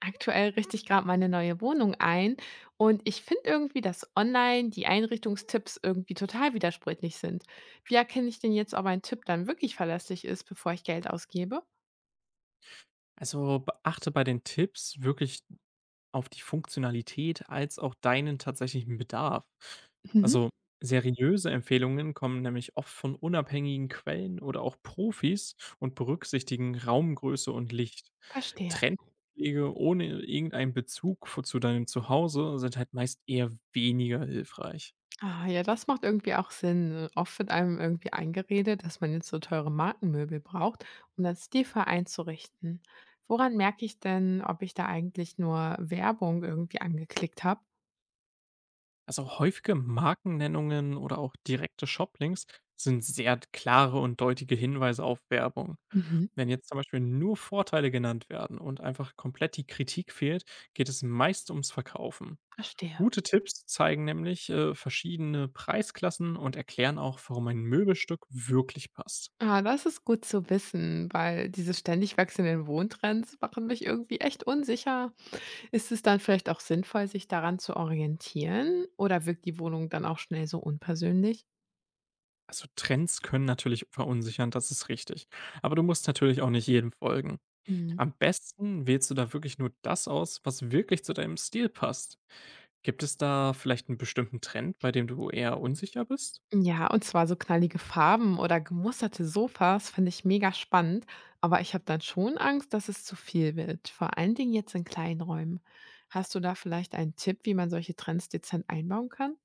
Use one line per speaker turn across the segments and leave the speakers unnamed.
Aktuell richte ich gerade meine neue Wohnung ein und ich finde irgendwie, dass online die Einrichtungstipps irgendwie total widersprüchlich sind. Wie erkenne ich denn jetzt, ob ein Tipp dann wirklich verlässlich ist, bevor ich Geld ausgebe?
Also beachte bei den Tipps wirklich auf die Funktionalität als auch deinen tatsächlichen Bedarf.
Mhm,
Also seriöse Empfehlungen kommen nämlich oft von unabhängigen Quellen oder auch Profis und berücksichtigen Raumgröße und Licht.
verstehe.
Trendpflege ohne irgendeinen Bezug zu deinem Zuhause sind halt meist eher weniger hilfreich.
Ah, ja, das macht irgendwie auch Sinn, ne? Oft wird einem irgendwie eingeredet, dass man jetzt so teure Markenmöbel braucht, um das stilvoll einzurichten. Woran merke ich denn, ob ich da eigentlich nur Werbung irgendwie angeklickt habe?
Also häufige Markennennungen oder auch direkte Shoplinks sind sehr klare und deutliche Hinweise auf Werbung.
Mhm,
Wenn jetzt zum Beispiel nur Vorteile genannt werden und einfach komplett die Kritik fehlt, geht es meist ums Verkaufen.
verstehe.
Gute Tipps zeigen nämlich verschiedene Preisklassen und erklären auch, warum ein Möbelstück wirklich passt.
Ah, das ist gut zu wissen, weil diese ständig wechselnden Wohntrends machen mich irgendwie echt unsicher. Ist es dann vielleicht auch sinnvoll, sich daran zu orientieren? Oder wirkt die Wohnung dann auch schnell so unpersönlich?
Also Trends können natürlich verunsichern, das ist richtig. Aber du musst natürlich auch nicht jedem folgen.
Mhm.
Am besten wählst du da wirklich nur das aus, was wirklich zu deinem Stil passt. Gibt es da vielleicht einen bestimmten Trend, bei dem du eher unsicher bist?
Ja, und zwar so knallige Farben oder gemusterte Sofas finde ich mega spannend, aber ich habe dann schon Angst, dass es zu viel wird, vor allen Dingen jetzt in kleinen Räumen. Hast du da vielleicht einen Tipp, wie man solche Trends dezent einbauen kann?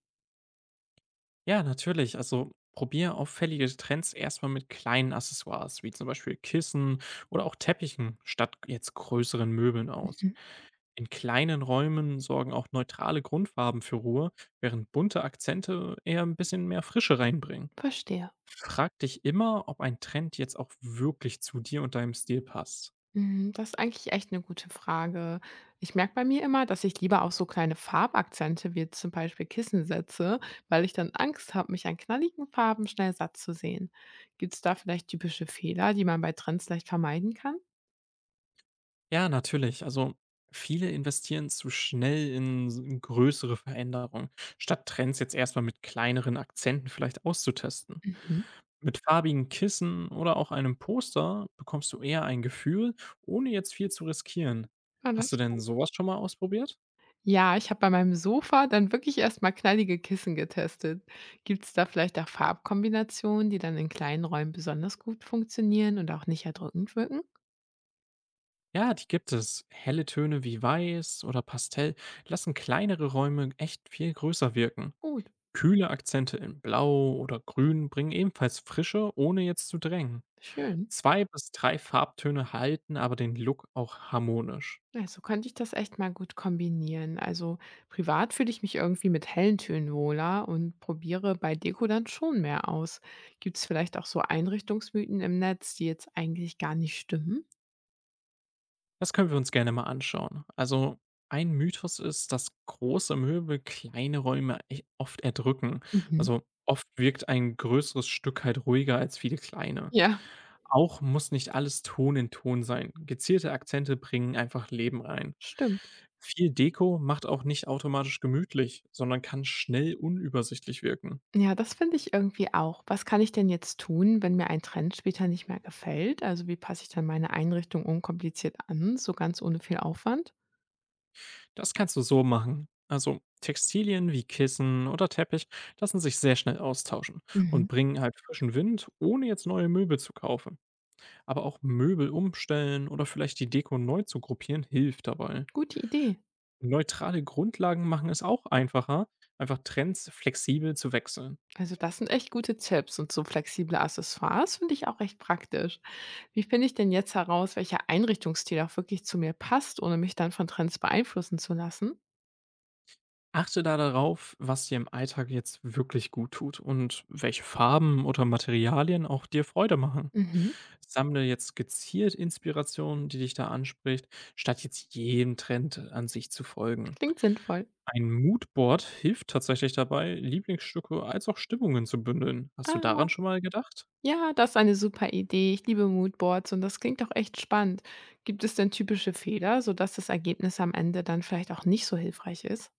Ja, natürlich. Also probier auffällige Trends erstmal mit kleinen Accessoires, wie zum Beispiel Kissen oder auch Teppichen, statt jetzt größeren Möbeln aus.
Mhm.
In kleinen Räumen sorgen auch neutrale Grundfarben für Ruhe, während bunte Akzente eher ein bisschen mehr Frische reinbringen.
Verstehe.
Frag dich immer, ob ein Trend jetzt auch wirklich zu dir und deinem Stil passt.
Mhm, das ist eigentlich echt eine gute Frage. Ich merke bei mir immer, dass ich lieber auf so kleine Farbakzente wie zum Beispiel Kissen setze, weil ich dann Angst habe, mich an knalligen Farben schnell satt zu sehen. Gibt es da vielleicht typische Fehler, die man bei Trends leicht vermeiden kann?
Ja, natürlich. Also viele investieren zu schnell in größere Veränderungen, statt Trends jetzt erstmal mit kleineren Akzenten vielleicht auszutesten.
Mhm.
Mit farbigen Kissen oder auch einem Poster bekommst du eher ein Gefühl, ohne jetzt viel zu riskieren.
Ah, das
Hast du
ist
denn
gut.
sowas schon mal ausprobiert?
Ja, ich habe bei meinem Sofa dann wirklich erst mal knallige Kissen getestet. Gibt es da vielleicht auch Farbkombinationen, die dann in kleinen Räumen besonders gut funktionieren und auch nicht erdrückend wirken?
Ja, die gibt es. Helle Töne wie Weiß oder Pastell lassen kleinere Räume echt viel größer wirken.
Gut,
Kühle Akzente in Blau oder Grün bringen ebenfalls Frische, ohne jetzt zu drängen.
schön.
2 bis 3 Farbtöne halten aber den Look auch harmonisch.
Ja, so könnte ich das echt mal gut kombinieren. Also privat fühle ich mich irgendwie mit hellen Tönen wohler und probiere bei Deko dann schon mehr aus. Gibt es vielleicht auch so Einrichtungsmythen im Netz, die jetzt eigentlich gar nicht stimmen?
Das können wir uns gerne mal anschauen. Also, ein Mythos ist, dass große Möbel kleine Räume echt oft erdrücken.
Mhm.
Also, oft wirkt ein größeres Stück halt ruhiger als viele kleine.
Ja,
Auch muss nicht alles Ton in Ton sein. Gezielte Akzente bringen einfach Leben rein.
stimmt.
Viel Deko macht auch nicht automatisch gemütlich, sondern kann schnell unübersichtlich wirken.
Ja, das finde ich irgendwie auch. Was kann ich denn jetzt tun, wenn mir ein Trend später nicht mehr gefällt? Also wie passe ich dann meine Einrichtung unkompliziert an, so ganz ohne viel Aufwand?
Das kannst du so machen. Also Textilien wie Kissen oder Teppich lassen sich sehr schnell austauschen und
Mhm.
bringen halt frischen Wind, ohne jetzt neue Möbel zu kaufen. Aber auch Möbel umstellen oder vielleicht die Deko neu zu gruppieren hilft dabei.
Gute Idee.
Neutrale Grundlagen machen es auch einfacher, einfach Trends flexibel zu wechseln.
Also das sind echt gute Tipps und so flexible Accessoires finde ich auch recht praktisch. Wie finde ich denn jetzt heraus, welcher Einrichtungsstil auch wirklich zu mir passt, ohne mich dann von Trends beeinflussen zu lassen?
Achte da darauf, was dir im Alltag jetzt wirklich gut tut und welche Farben oder Materialien auch dir Freude machen.
Mhm.
Sammle jetzt gezielt Inspirationen, die dich da anspricht, statt jetzt jedem Trend an sich zu folgen.
Klingt sinnvoll.
Ein Moodboard hilft tatsächlich dabei, Lieblingsstücke als auch Stimmungen zu bündeln. Hast du
Ah,
daran schon mal gedacht?
ja, das ist eine super Idee. Ich liebe Moodboards und das klingt auch echt spannend. Gibt es denn typische Fehler, sodass das Ergebnis am Ende dann vielleicht auch nicht so hilfreich ist?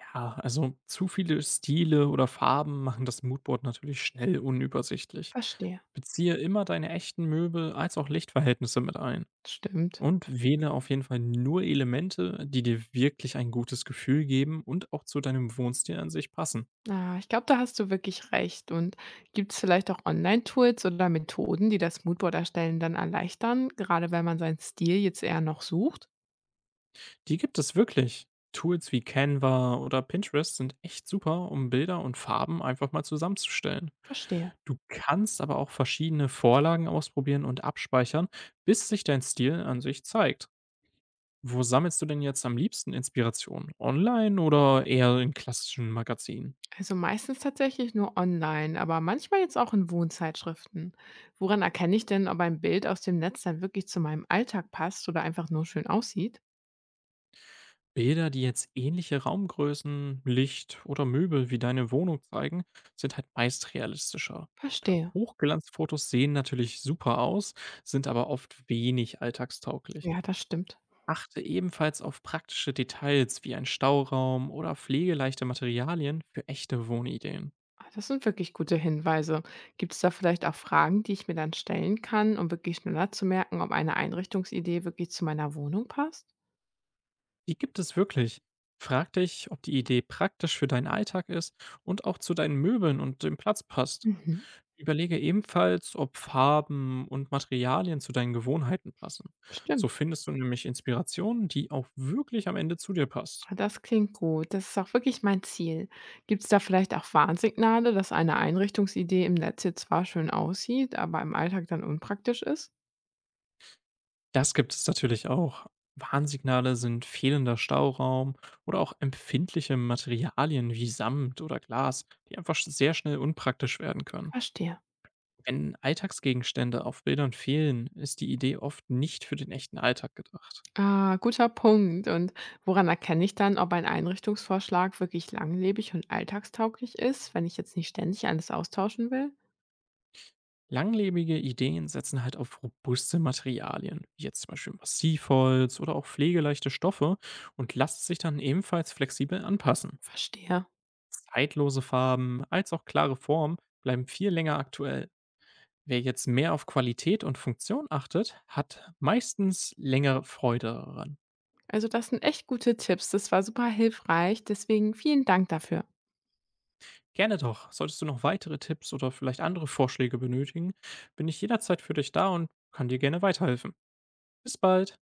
Ja, also zu viele Stile oder Farben machen das Moodboard natürlich schnell unübersichtlich.
Verstehe.
Beziehe immer deine echten Möbel als auch Lichtverhältnisse mit ein.
Stimmt.
Und wähle auf jeden Fall nur Elemente, die dir wirklich ein gutes Gefühl geben und auch zu deinem Wohnstil an sich passen.
Ah, ich glaube, da hast du wirklich recht. Und gibt es vielleicht auch Online-Tools oder Methoden, die das Moodboard erstellen dann erleichtern, gerade wenn man seinen Stil jetzt eher noch sucht?
Die gibt es wirklich. Tools wie Canva oder Pinterest sind echt super, um Bilder und Farben einfach mal zusammenzustellen.
Verstehe.
Du kannst aber auch verschiedene Vorlagen ausprobieren und abspeichern, bis sich dein Stil an sich zeigt. Wo sammelst du denn jetzt am liebsten Inspiration? Online oder eher in klassischen Magazinen?
Also meistens tatsächlich nur online, aber manchmal jetzt auch in Wohnzeitschriften. Woran erkenne ich denn, ob ein Bild aus dem Netz dann wirklich zu meinem Alltag passt oder einfach nur schön aussieht?
Bilder, die jetzt ähnliche Raumgrößen, Licht oder Möbel wie deine Wohnung zeigen, sind halt meist realistischer.
Verstehe.
Hochglanzfotos sehen natürlich super aus, sind aber oft wenig alltagstauglich.
Ja, das stimmt.
Achte ebenfalls auf praktische Details wie ein Stauraum oder pflegeleichte Materialien für echte Wohnideen.
Ah, das sind wirklich gute Hinweise. Gibt es da vielleicht auch Fragen, die ich mir dann stellen kann, um wirklich schneller zu merken, ob eine Einrichtungsidee wirklich zu meiner Wohnung passt?
Die gibt es wirklich. Frag dich, ob die Idee praktisch für deinen Alltag ist und auch zu deinen Möbeln und dem Platz passt.
Mhm.
Überlege ebenfalls, ob Farben und Materialien zu deinen Gewohnheiten passen.
Stimmt.
So findest du nämlich Inspirationen, die auch wirklich am Ende zu dir passt.
Ah, das klingt gut. Das ist auch wirklich mein Ziel. Gibt es da vielleicht auch Warnsignale, dass eine Einrichtungsidee im Netz jetzt zwar schön aussieht, aber im Alltag dann unpraktisch ist?
Das gibt es natürlich auch. Warnsignale sind fehlender Stauraum oder auch empfindliche Materialien wie Samt oder Glas, die einfach sehr schnell unpraktisch werden können.
Verstehe.
Wenn Alltagsgegenstände auf Bildern fehlen, ist die Idee oft nicht für den echten Alltag gedacht.
Ah, guter Punkt. Und woran erkenne ich dann, ob ein Einrichtungsvorschlag wirklich langlebig und alltagstauglich ist, wenn ich jetzt nicht ständig alles austauschen will?
Langlebige Ideen setzen halt auf robuste Materialien, wie jetzt zum Beispiel Massivholz oder auch pflegeleichte Stoffe und lassen sich dann ebenfalls flexibel anpassen.
Verstehe.
Zeitlose Farben als auch klare Formen bleiben viel länger aktuell. Wer jetzt mehr auf Qualität und Funktion achtet, hat meistens längere Freude daran.
Also das sind echt gute Tipps. Das war super hilfreich. Deswegen vielen Dank dafür.
Gerne doch. Solltest du noch weitere Tipps oder vielleicht andere Vorschläge benötigen, bin ich jederzeit für dich da und kann dir gerne weiterhelfen. Bis bald.